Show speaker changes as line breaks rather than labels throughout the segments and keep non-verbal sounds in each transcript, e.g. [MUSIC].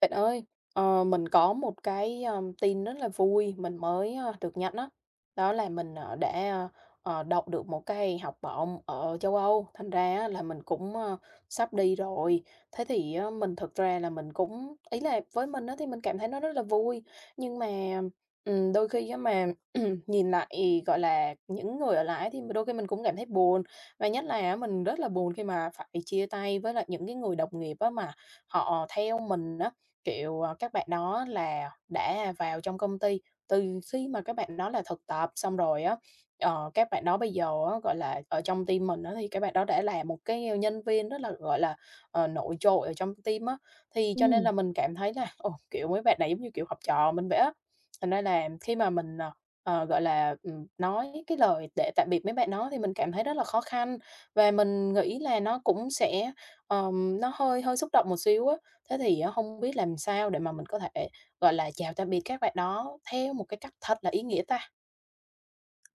Bạn ơi, mình có một cái, tin rất là vui mình mới, được nhận đó. Đó là mình, đã, đậu được một cái học bổng ở châu Âu, thành ra á là mình cũng, sắp đi rồi. Thế thì á mình thực ra là mình cũng ý là với mình á thì mình cảm thấy nó rất là vui, nhưng mà, đôi khi á mà [CLEARS THROAT] nhìn lại, gọi là, những người ở lại thì đôi khi mình cũng cảm thấy buồn. Và nhất là á mình rất là buồn khi mà phải chia tay với lại những cái người đồng nghiệp á mà họ theo mình á. Kiểu, các bạn đó là đã vào trong công ty, từ khi mà các bạn đó là thực tập xong rồi á, các bạn đó bây giờ á, gọi là, ở trong team mình á thì các bạn đó đã là một cái nhân viên rất là, gọi là, nổi trội ở trong team á. Thì cho nên
Ừm,
là mình cảm thấy là, ồ, kiểu, mấy bạn này giống như, kiểu, học trò mình vậy á. Thành ra là khi mà mình, gọi là, nói cái lời để tạm biệt mấy bạn đó thì mình cảm thấy rất là khó khăn và mình nghĩ là nó cũng sẽ, nó hơi hơi xúc động một xíu á. Thế thì á, hông biết làm sao để mà mình có thể, gọi là, chào tạm biệt các bạn đó theo một cái cách thật là ý nghĩa ta?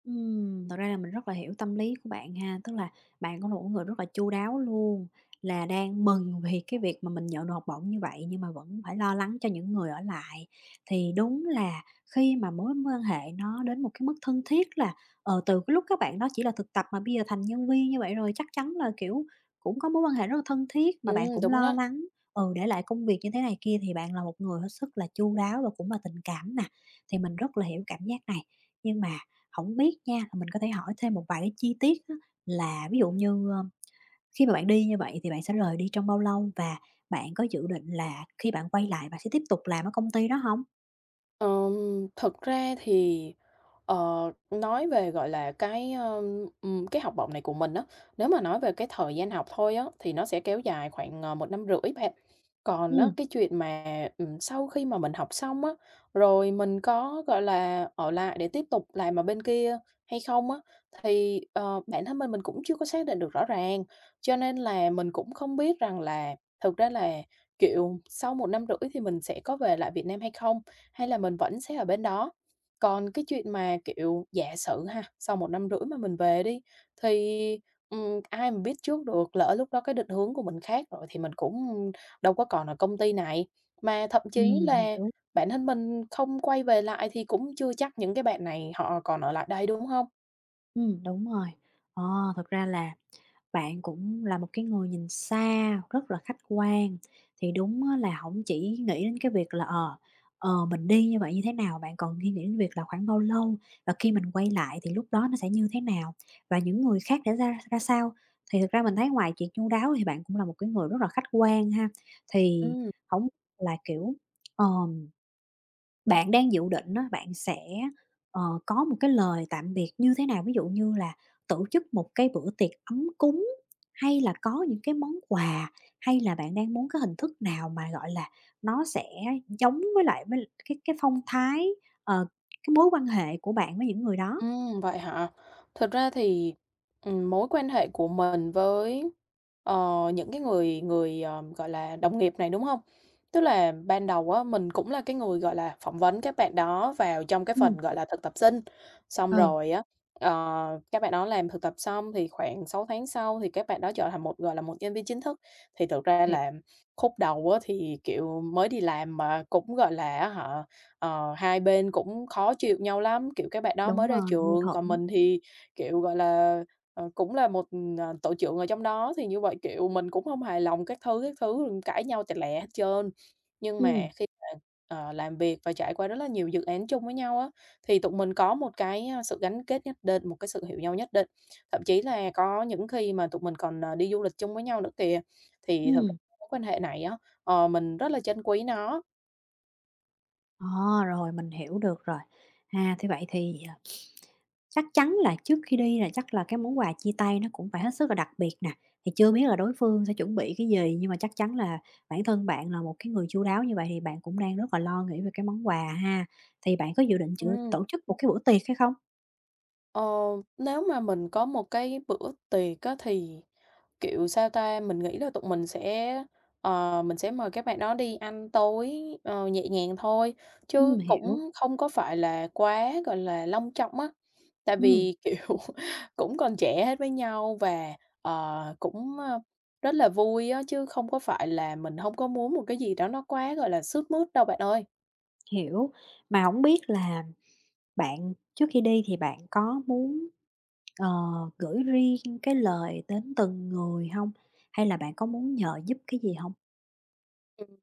thật ra là mình rất là hiểu tâm lý của bạn ha, tức là bạn cũng là một người rất là chu đáo luôn, là đang mừng vì cái việc mà mình nhận được học bổng như vậy nhưng mà vẫn phải lo lắng cho những người ở lại. Thì đúng là khi mà mối quan hệ nó đến một cái mức thân thiết là, từ cái lúc các bạn đó chỉ là thực tập mà bây giờ thành nhân viên như vậy rồi, chắc chắn là, kiểu, cũng có mối quan hệ rất là thân thiết mà bạn cũng
Đúng
lo
đó.
lắng, ừ, để lại công việc như thế này kia thì bạn là một người hết sức là chu đáo và cũng là tình cảm nè, thì mình rất là hiểu cảm giác này. Nhưng mà không biết nha, là mình có thể hỏi thêm một vài cái chi tiết á, là ví dụ như, khi mà bạn đi như vậy thì bạn sẽ rời đi trong bao lâu? Và bạn có dự định là khi bạn quay lại bạn sẽ tiếp tục làm ở công ty đó không?
Ờm, Thật ra thì, ờ, nói về, gọi là, cái học bổng này của mình á, nếu mà nói về cái thời gian học thôi á, thì nó sẽ kéo dài khoảng, 1,5 năm rưỡi bạn. Còn
Ừ,
á, cái chuyện mà, sau khi mà mình học xong á, rồi mình có, gọi là, ở lại để tiếp tục làm ở bên kia hay không á, thì, bản thân mình cũng chưa có xác định được rõ ràng. Cho nên là mình cũng không biết rằng là thực ra là, kiểu, sau một năm rưỡi thì mình sẽ có về lại Việt Nam hay không. Hay là mình vẫn sẽ ở bên đó? Còn cái chuyện mà, kiểu, giả sử ha, sau một năm rưỡi mà mình về đi, thì, ai mà biết trước được, lỡ lúc đó cái định hướng của mình khác rồi thì mình cũng đâu có còn ở công ty này. Mà thậm chí là
hiểu,
bản thân mình không quay về lại thì cũng chưa chắc những cái bạn này họ còn ở lại đây, đúng không?
đúng rồi. Ờ, thật ra là bạn cũng là một cái người nhìn xa, rất là khách quan, thì đúng á là hổng chỉ nghĩ đến cái việc là, mình đi như vậy như thế nào, bạn còn nghi nghĩ đến việc là khoảng bao lâu và khi mình quay lại thì lúc đó nó sẽ như thế nào, và những người khác đã ra ra sao. Thì thực ra mình thấy ngoài chuyện chu đáo thì bạn cũng là một cái người rất là khách quan ha, thì
Ừm.
hổng là, kiểu, ờ bạn đang dự định á, bạn sẽ, có một cái lời tạm biệt như thế nào? Ví dụ như là tổ chức một cái bữa tiệc ấm cúng, hay là có những cái món quà, hay là bạn đang muốn cái hình thức nào mà, gọi là, nó sẽ giống với lại với cái phong thái, ờ, cái mối quan hệ của bạn với những người đó?
Vậy hả? Thực ra thì, mối quan hệ của mình với, những cái người người, gọi là, đồng nghiệp này, đúng không? Tức là ban đầu á, mình cũng là cái người, gọi là, phỏng vấn các bạn đó vào trong cái phần,
Ừm.
gọi là, thực tập sinh. Xong
Ừ,
rồi á, ờ, các bạn đó làm thực tập xong thì khoảng 6 tháng sau thì các bạn đó trở thành một, gọi là, một nhân viên chính thức. Thì thực ra
hiểu.
là khúc đầu á, thì, kiểu, mới đi làm mà cũng, gọi là, hả? Ờ, hai bên cũng khó chịu nhau lắm, kiểu, cái bạn đó
Đúng
mới ra
rồi, mâu
trường, còn
thuẫn.
mình thì, kiểu, gọi là, cũng là một, tổ trưởng ở trong đó, thì như vậy, kiểu, mình cũng không hài lòng các thứ, cãi nhau tẹt lẹ hết trơn. Nhưng mà
Ừm,
khi mà, làm việc và trải qua rất là nhiều dự án chung với nhau á, thì tụi mình có một cái, sự gắn kết nhất định, một cái sự hiểu nhau nhất định. Thậm chí là có những khi mà tụi mình còn, đi du lịch chung với nhau nữa kìa, thì thực ra
ừm.
mối quan hệ này á, mình rất là trân quý nó.
Ờ, rồi, mình hiểu được rồi. À, thế vậy thì, à, chắc chắn là trước khi đi là chắc là cái món quà chia tay nó cũng phải hết sức là đặc biệt nè, thì chưa biết là đối phương sẽ chuẩn bị cái gì, nhưng mà chắc chắn là bản thân bạn là một cái người chu đáo như vậy thì bạn cũng đang rất là lo nghĩ về cái món quà ha. Thì bạn có dự định chữa
Ừm.
tổ chức một cái bữa tiệc hay không?
Ờ, Nếu mà mình có một cái bữa tiệc á thì, kiểu, sao ta, mình nghĩ là tụi mình sẽ, mình sẽ mời các bạn đó đi ăn tối, nhẹ nhàng thôi, chứ
Hiểu,
cũng không có phải là quá, gọi là, long trọng á. Tại
ừm,
vì, kiểu, [LAUGHS] cũng còn trẻ hết với nhau và, cũng, rất là vui á, chứ không có phải là mình không có muốn một cái gì đó nó quá, gọi là, sướt mướt đâu bạn ơi.
hiểu. Mà không biết là bạn trước khi đi thì bạn có muốn, ờ, gửi riêng cái lời đến từng người không? Hay là bạn có muốn nhờ giúp cái gì không?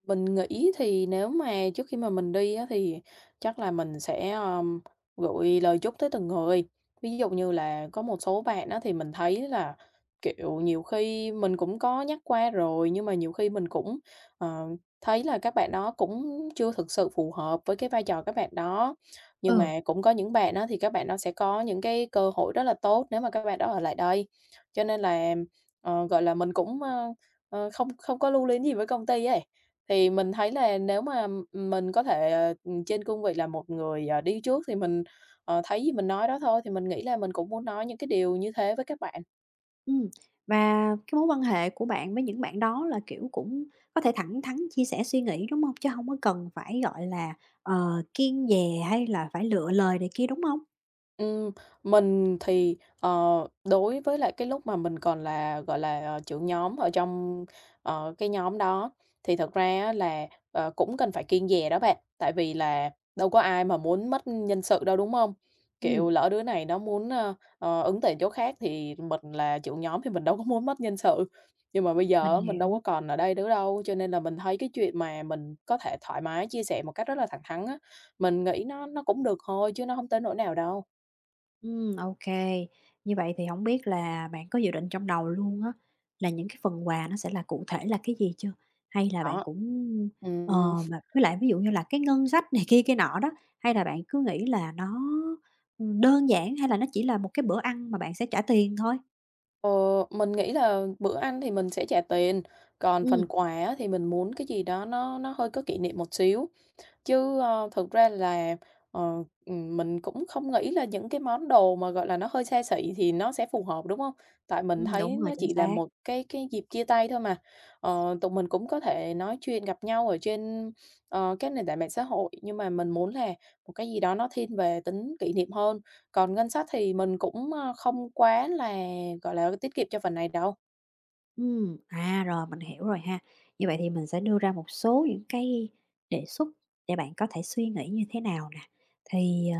Mình nghĩ thì nếu mà trước khi mà mình đi á, thì chắc là mình sẽ, gửi lời chúc tới từng người. Ví dụ như là có một số bạn á, thì mình thấy là, kiểu, nhiều khi mình cũng có nhắc qua rồi, nhưng mà nhiều khi mình cũng, ờ, thấy là các bạn đó cũng chưa thực sự phù hợp với cái vai trò các bạn đó. Nhưng
Ừ.
mà cũng có những bạn đó thì các bạn đó sẽ có những cái cơ hội rất là tốt nếu mà các bạn đó ở lại đây. Cho nên là, gọi là, mình cũng, không không có lưu luyến gì với công ty ấy. Thì mình thấy là nếu mà mình có thể, trên cương vị là một người, đi trước thì mình, thấy gì mình nói đó thôi, thì mình nghĩ là mình cũng muốn nói những cái điều như thế với các bạn.
Ừm, và cái mối quan hệ của bạn với những bạn đó là, kiểu, cũng có thể thẳng thắn chia sẻ suy nghĩ, đúng không? Chứ không có cần phải, gọi là, kiêng dè hay là phải lựa lời này kia, đúng không?
Ừm, mình thì, đối với lại cái lúc mà mình còn là, gọi là, trưởng nhóm ở trong, cái nhóm đó, thì thật ra á là, cũng cần phải kiêng dè đó bạn, tại vì là đâu có ai mà muốn mất nhân sự đâu, đúng không?
Ừm,
Kiểu, lỡ đứa này nó muốn, ứng tuyển chỗ khác thì mình là trưởng nhóm thì mình đâu có muốn mất nhân sự. Nhưng mà bây
mình
giờ á mình đâu
hiểu.
có còn ở đây nữa đâu, cho nên là mình thấy cái chuyện mà mình có thể thoải mái chia sẻ một cách rất là thẳng thắn á, mình nghĩ nó cũng được thôi chứ nó không tới nỗi nào đâu.
Ô, như vậy thì không biết là bạn có dự định trong đầu luôn á, là những cái phần quà nó sẽ là cụ thể là cái gì chưa? Hay là bạn
Đó.
cũng, ờ,
Ừm,
mà với lại ví dụ như là cái ngân sách này kia kia nọ đó, hay là bạn cứ nghĩ là nó, đơn giản hay là nó chỉ là một cái bữa ăn mà bạn sẽ trả tiền thôi?
ờ, mình nghĩ là bữa ăn thì mình sẽ trả tiền, còn phần
Ừm,
quà á thì mình muốn cái gì đó nó hơi có kỷ niệm một xíu. Chứ, thực ra là, mình cũng không nghĩ là những cái món đồ mà, gọi là, nó hơi xa xỉ thì nó sẽ phù hợp, đúng không? Tại mình thấy
đúng rồi,
nó
chính
chỉ là
xác.
một cái dịp chia tay thôi mà. Ờ, tụi mình cũng có thể nói chuyện, gặp nhau ở trên, các nền tảng mạng xã hội, nhưng mà mình muốn là một cái gì đó nó thiên về tính kỷ niệm hơn. Còn ngân sách thì mình cũng, không quá là, gọi là, tiết kiệm cho phần này đâu.
À, rồi, mình hiểu rồi ha. Như vậy thì mình sẽ đưa ra một số những cái đề xuất để bạn có thể suy nghĩ như thế nào nè. Thì, ờ,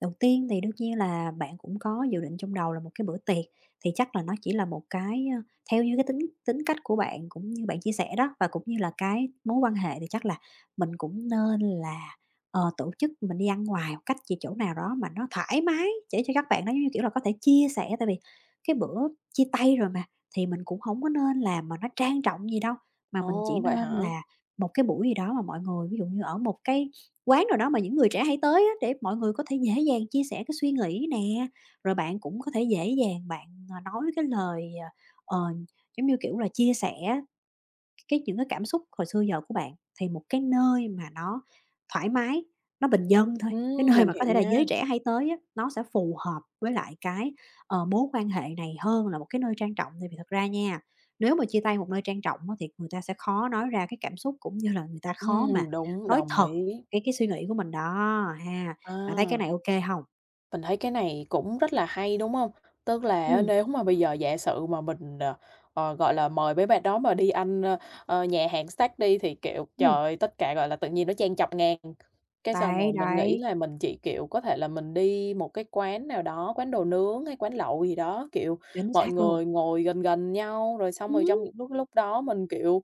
đầu tiên thì đương nhiên là bạn cũng có dự định trong đầu là một cái bữa tiệc, thì chắc là nó chỉ là một cái, theo như cái tính tính cách của bạn cũng như bạn chia sẻ đó, và cũng như là cái mối quan hệ thì chắc là mình cũng nên là, tổ chức mình đi ăn ngoài một cách gì chỗ nào đó mà nó thoải mái để cho các bạn nó giống như kiểu là, có thể chia sẻ. Tại vì cái bữa chia tay rồi mà, thì mình cũng không có nên làm mà nó trang trọng gì đâu, mà mình chỉ
Ồ, vậy
nên
hả?
là một cái buổi gì đó mà mọi người ví dụ như ở một cái quán nào đó mà những người trẻ hay tới á, để mọi người có thể dễ dàng chia sẻ cái suy nghĩ nè, rồi bạn cũng có thể dễ dàng bạn, à, nói cái lời, ờ, ờ, giống như, kiểu là, chia sẻ cái những cái cảm xúc hồi xưa giờ của bạn thì một cái nơi mà nó thoải mái, nó bình dân thôi, cái nơi
Mình
mà có
hiểu
thể là
nha.
giới trẻ hay tới á, nó sẽ phù hợp với lại cái, mối quan hệ này hơn là một cái nơi trang trọng. Tại vì thật ra nha, nếu mà chia tay một nơi trang trọng á, thì người ta sẽ khó nói ra cái cảm xúc, cũng như là người ta khó mà
Đúng,
nói
đồng
thật
ý.
cái suy nghĩ của mình đó ha. Bạn thấy cái
À.
này ok không? Hông?
Mình thấy cái này cũng rất là hay, đúng không? Tức là á,
Ừm,
nếu mà bây giờ giả sử mà mình, gọi là, mời mấy bạn đó mà đi ăn, nhà hàng steak đi thì, kiểu, trời ơi, tất cả, gọi là, tự nhiên nó trang chọc ngang. Cái xong
đấy,
rồi mình nghĩ
đấy,
là mình chỉ, kiểu, có thể là mình đi một cái quán nào đó, quán đồ nướng hay quán lẩu gì đó, kiểu,
chính
mọi
xác luôn.
người ngồi gần gần nhau, rồi xong rồi
Ừm.
trong những lúc lúc đó mình, kiểu,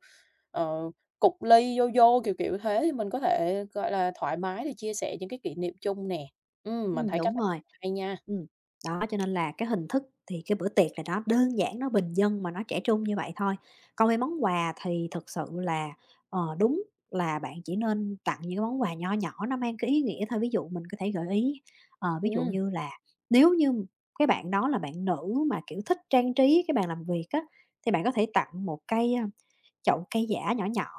ờ, cục ly, Yo-yo, kiểu, kiểu thế thì mình có thể, gọi là, thoải mái để chia sẻ những cái kỷ niệm chung nè. Mình thấy cách
Đúng
này
rồi.
hay nha.
Ừm, đó, cho nên là cái hình thức thì cái bữa tiệc là nó đơn giản, nó bình dân mà nó trẻ trung như vậy thôi. Còn về món quà thì thực sự là, đúng là bạn chỉ nên tặng những cái món quà nho nhỏ nó mang cái ý nghĩa thôi. Ví dụ mình có thể gợi ý, ví dụ
Ừm,
như là nếu như cái bạn đó là bạn nữ mà, kiểu, thích trang trí cái bàn làm việc á, thì bạn có thể tặng một cái, chậu cây giả nhỏ nhỏ,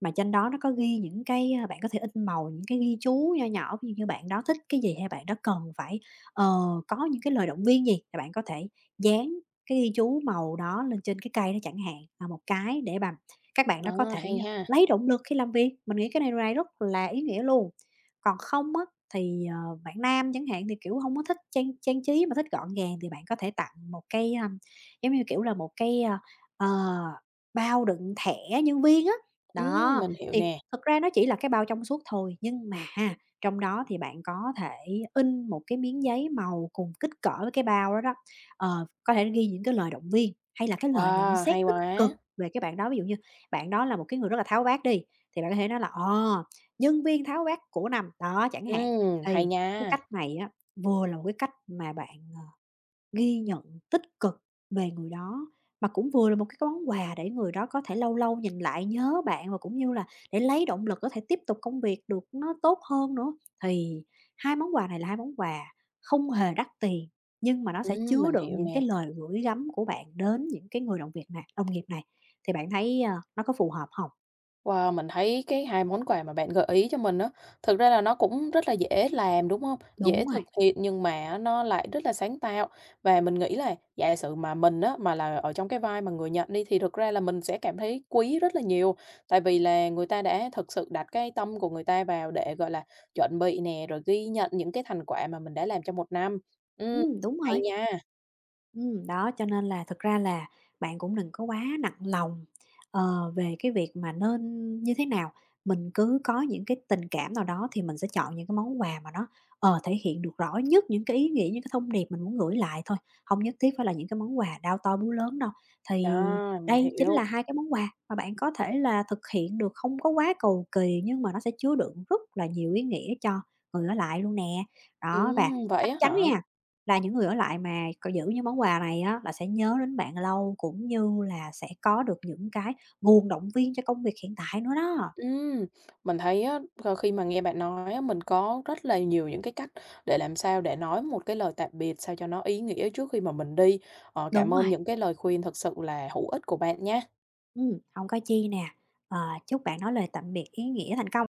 mà trên đó nó có ghi những cái, bạn có thể in màu những cái ghi chú nho nhỏ, ví dụ như bạn đó thích cái gì hay bạn đó cần phải, ờ, có những cái lời động viên gì, thì bạn có thể dán cái ghi chú màu đó lên trên cái cây đó chẳng hạn, là một cái để mà các bạn đó có
ờ,
thể,
hay ha.
lấy động lực khi làm việc. Mình nghĩ cái này này rất là ý nghĩa luôn. Còn không á, thì, bạn nam chẳng hạn thì, kiểu, không có thích trang trang trí mà thích gọn gàng thì bạn có thể tặng một cái, giống như, kiểu là, một cái, ờ ờ, bao đựng thẻ nhân viên á.
Ừm,
Đó,
mình hiểu
thì
nè.
thực ra nó chỉ là cái bao trong suốt thôi, nhưng mà trong đó thì bạn có thể in một cái miếng giấy màu cùng kích cỡ với cái bao đó đó, có thể ghi những cái lời động viên hay là cái lời nhận
Wow,
xét
hay
tích cực
quá.
về cái bạn đó. Ví dụ như bạn đó là một cái người rất là tháo vát đi, thì bạn có thể nói là "Ờ, nhân viên tháo vát của năm", đó, chẳng hạn.
Hay
Thì cái
nha.
cách này á, vừa là một cái cách mà bạn ghi nhận tích cực về người đó, mà cũng vừa là một cái món quà để người đó có thể lâu lâu nhìn lại nhớ bạn và cũng như là để lấy động lực có thể tiếp tục công việc được nó tốt hơn nữa. Thì hai món quà này là hai món quà không hề đắt tiền, nhưng mà nó sẽ
Ừm,
chứa
mình
đựng
hiểu
những
nè.
cái lời gửi gắm của bạn đến những cái người đồng việc này đồng nghiệp này, thì bạn thấy, nó có phù hợp không?
Wow, mình thấy cái hai món quà mà bạn gợi ý cho mình á, thực ra là nó cũng rất là dễ làm, đúng không? Dễ
Đúng rồi,
thực hiện nhưng mà á nó lại rất là sáng tạo. Và mình nghĩ là giả sử mà mình á, mà là ở trong cái vai mà người nhận đi thì thực ra là mình sẽ cảm thấy quý rất là nhiều. Tại vì là người ta đã thực sự đặt cái tâm của người ta vào để, gọi là, chuẩn bị nè, rồi ghi nhận những cái thành quả mà mình đã làm trong một năm. Ừm,
đúng
hay
rồi.
nha.
Đó, cho nên là thực ra là bạn cũng đừng có quá nặng lòng, về cái việc mà nên như thế nào. Mình cứ có những cái tình cảm nào đó thì mình sẽ chọn những cái món quà mà nó, thể hiện được rõ nhất những cái ý nghĩa, những cái thông điệp mình muốn gửi lại thôi, không nhất thiết phải là những cái món quà đao to búa lớn đâu. Thì
rồi mình
đây chính
hiểu.
là hai cái món quà mà bạn có thể là thực hiện được không có quá cầu kỳ nhưng mà nó sẽ chứa đựng rất là nhiều ý nghĩa cho người ở lại luôn nè. Đó, và
Ừm, vậy
chắc
á
chắn
hả?
nha là những người ở lại mà còn giữ những món quà này á, là sẽ nhớ đến bạn lâu, cũng như là sẽ có được những cái nguồn động viên cho công việc hiện tại nữa đó.
Ừm, mình thấy á, khi mà nghe bạn nói á, mình có rất là nhiều những cái cách để làm sao để nói một cái lời tạm biệt sao cho nó ý nghĩa trước khi mà mình đi. Cảm
Đúng
ơn
rồi,
những cái lời khuyên thật sự là hữu ích của bạn nhé.
hông có chi nè. Ờ, chúc bạn nói lời tạm biệt ý nghĩa thành công.